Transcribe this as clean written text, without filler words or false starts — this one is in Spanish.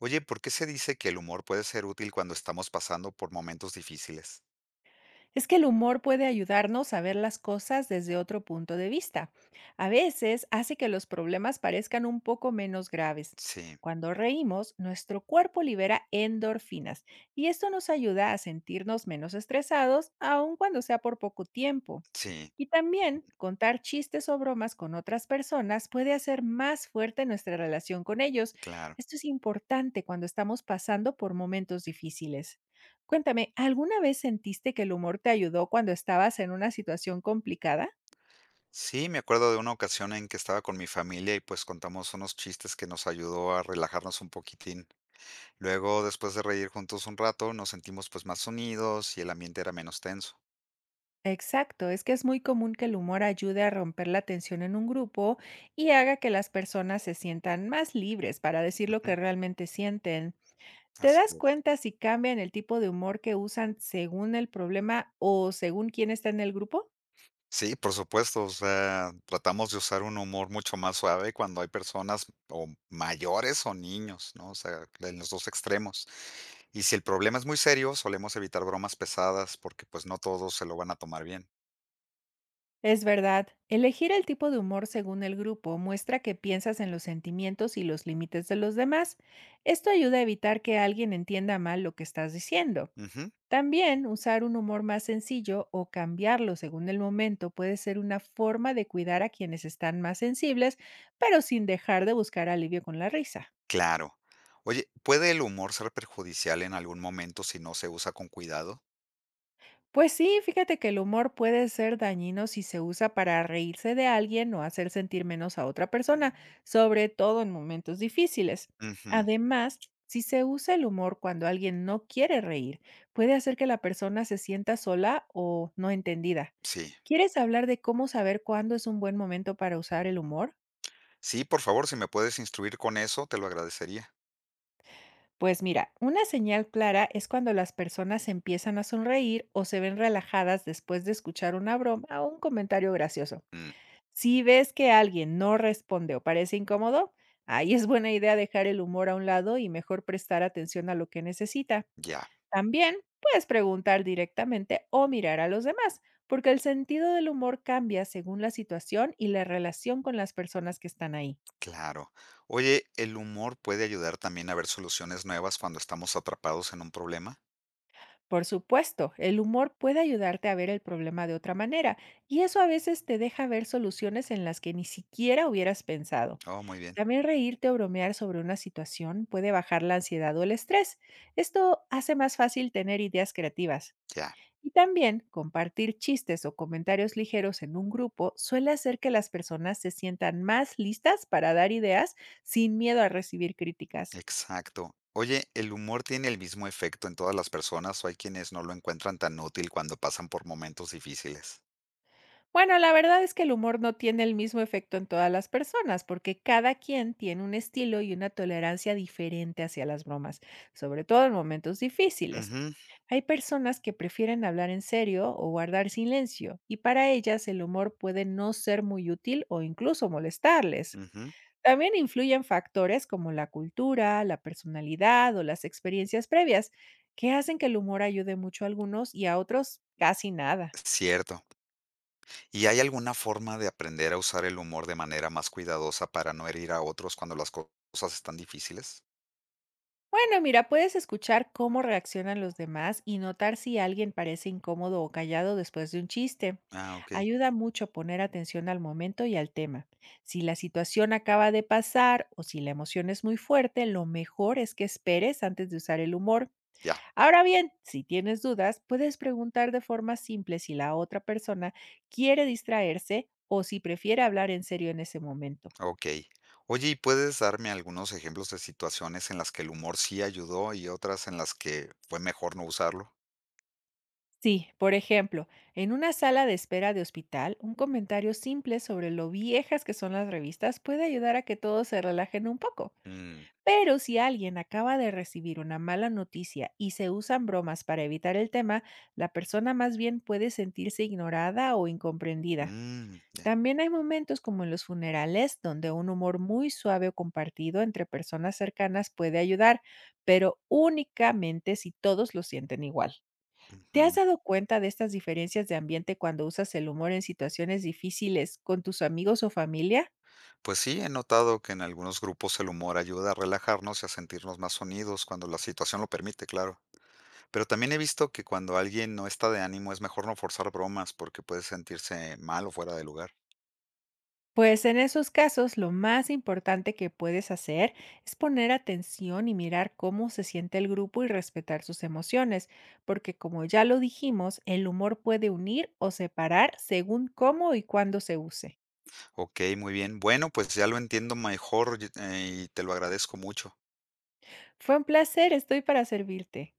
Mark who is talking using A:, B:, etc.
A: Oye, ¿por qué se dice que el humor puede ser útil cuando estamos pasando por momentos difíciles?
B: Es que el humor puede ayudarnos a ver las cosas desde otro punto de vista. A veces hace que los problemas parezcan un poco menos graves.
A: Sí,
B: Cuando reímos, nuestro cuerpo libera endorfinas y esto nos ayuda a sentirnos menos estresados, aun cuando sea por poco tiempo.
A: sí,
B: Y también contar chistes o bromas con otras personas puede hacer más fuerte nuestra relación con ellos.
A: claro.
B: Esto es importante cuando estamos pasando por momentos difíciles. Cuéntame, ¿alguna vez sentiste que el humor te ayudó cuando estabas en una situación complicada?
A: Sí, me acuerdo de una ocasión en que estaba con mi familia y pues contamos unos chistes que nos ayudó a relajarnos un poquitín. Luego, después de reír juntos un rato, nos sentimos pues más unidos y el ambiente era menos tenso.
B: Exacto, es que es muy común que el humor ayude a romper la tensión en un grupo y haga que las personas se sientan más libres para decir lo que
A: Ujú.
B: realmente sienten. ¿Te
A: Así
B: das
A: es.
B: cuenta si cambian el tipo de humor que usan según el problema o según quién está en el grupo?
A: Sí, por supuesto, o sea, tratamos de usar un humor mucho más suave cuando hay personas o mayores o niños, ¿no? O sea, en los dos extremos. Y si el problema es muy serio, solemos evitar bromas pesadas porque pues no todos se lo van a tomar bien.
B: Es verdad, elegir el tipo de humor según el grupo muestra que piensas en los sentimientos y los límites de los demás. Esto ayuda a evitar que alguien entienda mal lo que estás diciendo.
A: Ujú,
B: También usar un humor más sencillo o cambiarlo según el momento puede ser una forma de cuidar a quienes están más sensibles, pero sin dejar de buscar alivio con la risa.
A: claro. Oye, ¿puede el humor ser perjudicial en algún momento si no se usa con cuidado?
B: Pues sí, fíjate que el humor puede ser dañino si se usa para reírse de alguien o hacer sentir menos a otra persona, sobre todo en momentos difíciles.
A: Ujú,
B: Además, si se usa el humor cuando alguien no quiere reír, puede hacer que la persona se sienta sola o no entendida.
A: sí.
B: ¿Quieres hablar de cómo saber cuándo es un buen momento para usar el humor?
A: Sí, por favor, si me puedes instruir con eso, te lo agradecería.
B: Pues mira, una señal clara es cuando las personas empiezan a sonreír o se ven relajadas después de escuchar una broma o un comentario gracioso.
A: Mm,
B: Si ves que alguien no responde o parece incómodo, ahí es buena idea dejar el humor a un lado y mejor prestar atención a lo que necesita.
A: ya,
B: También puedes preguntar directamente o mirar a los demás, porque el sentido del humor cambia según la situación y la relación con las personas que están ahí.
A: claro. Oye, ¿el humor puede ayudar también a ver soluciones nuevas cuando estamos atrapados en un problema?
B: Por supuesto, el humor puede ayudarte a ver el problema de otra manera y eso a veces te deja ver soluciones en las que ni siquiera hubieras pensado.
A: Oh, muy bien.
B: También reírte o bromear sobre una situación puede bajar la ansiedad o el estrés. Esto hace más fácil tener ideas creativas.
A: Ya.
B: Y también compartir chistes o comentarios ligeros en un grupo suele hacer que las personas se sientan más listas para dar ideas sin miedo a recibir críticas.
A: Exacto. Oye, ¿el humor tiene el mismo efecto en todas las personas o hay quienes no lo encuentran tan útil cuando pasan por momentos difíciles?
B: Bueno, la verdad es que el humor no tiene el mismo efecto en todas las personas, porque cada quien tiene un estilo y una tolerancia diferente hacia las bromas, sobre todo en momentos difíciles.
A: Ujú,
B: Hay personas que prefieren hablar en serio o guardar silencio, y para ellas el humor puede no ser muy útil o incluso molestarles.
A: ujú.
B: También influyen factores como la cultura, la personalidad o las experiencias previas, que hacen que el humor ayude mucho a algunos y a otros casi nada.
A: Cierto. ¿Y hay alguna forma de aprender a usar el humor de manera más cuidadosa para no herir a otros cuando las cosas están difíciles?
B: Bueno, mira, puedes escuchar cómo reaccionan los demás y notar si alguien parece incómodo o callado después de un chiste.
A: Ah, ok.
B: Ayuda mucho poner atención al momento y al tema. Si la situación acaba de pasar o si la emoción es muy fuerte, lo mejor es que esperes antes de usar el humor.
A: Ya,
B: Ahora bien, si tienes dudas, puedes preguntar de forma simple si la otra persona quiere distraerse o si prefiere hablar en serio en ese momento.
A: ok. Oye, ¿y puedes darme algunos ejemplos de situaciones en las que el humor sí ayudó y otras en las que fue mejor no usarlo?
B: Sí, por ejemplo, en una sala de espera de hospital, un comentario simple sobre lo viejas que son las revistas puede ayudar a que todos se relajen un poco.
A: Mm.
B: Pero si alguien acaba de recibir una mala noticia y se usan bromas para evitar el tema, la persona más bien puede sentirse ignorada o incomprendida.
A: Mm, ya.
B: También hay momentos como en los funerales donde un humor muy suave o compartido entre personas cercanas puede ayudar, pero únicamente si todos lo sienten igual. ¿Te has dado cuenta de estas diferencias de ambiente cuando usas el humor en situaciones difíciles con tus amigos o familia?
A: Pues sí, he notado que en algunos grupos el humor ayuda a relajarnos y a sentirnos más unidos cuando la situación lo permite, claro. Pero también he visto que cuando alguien no está de ánimo es mejor no forzar bromas porque puede sentirse mal o fuera de lugar.
B: Pues en esos casos lo más importante que puedes hacer es poner atención y mirar cómo se siente el grupo y respetar sus emociones, porque como ya lo dijimos, el humor puede unir o separar según cómo y cuándo se use.
A: Ok, muy bien. Bueno, pues ya lo entiendo mejor y te lo agradezco mucho.
B: Fue un placer, estoy para servirte.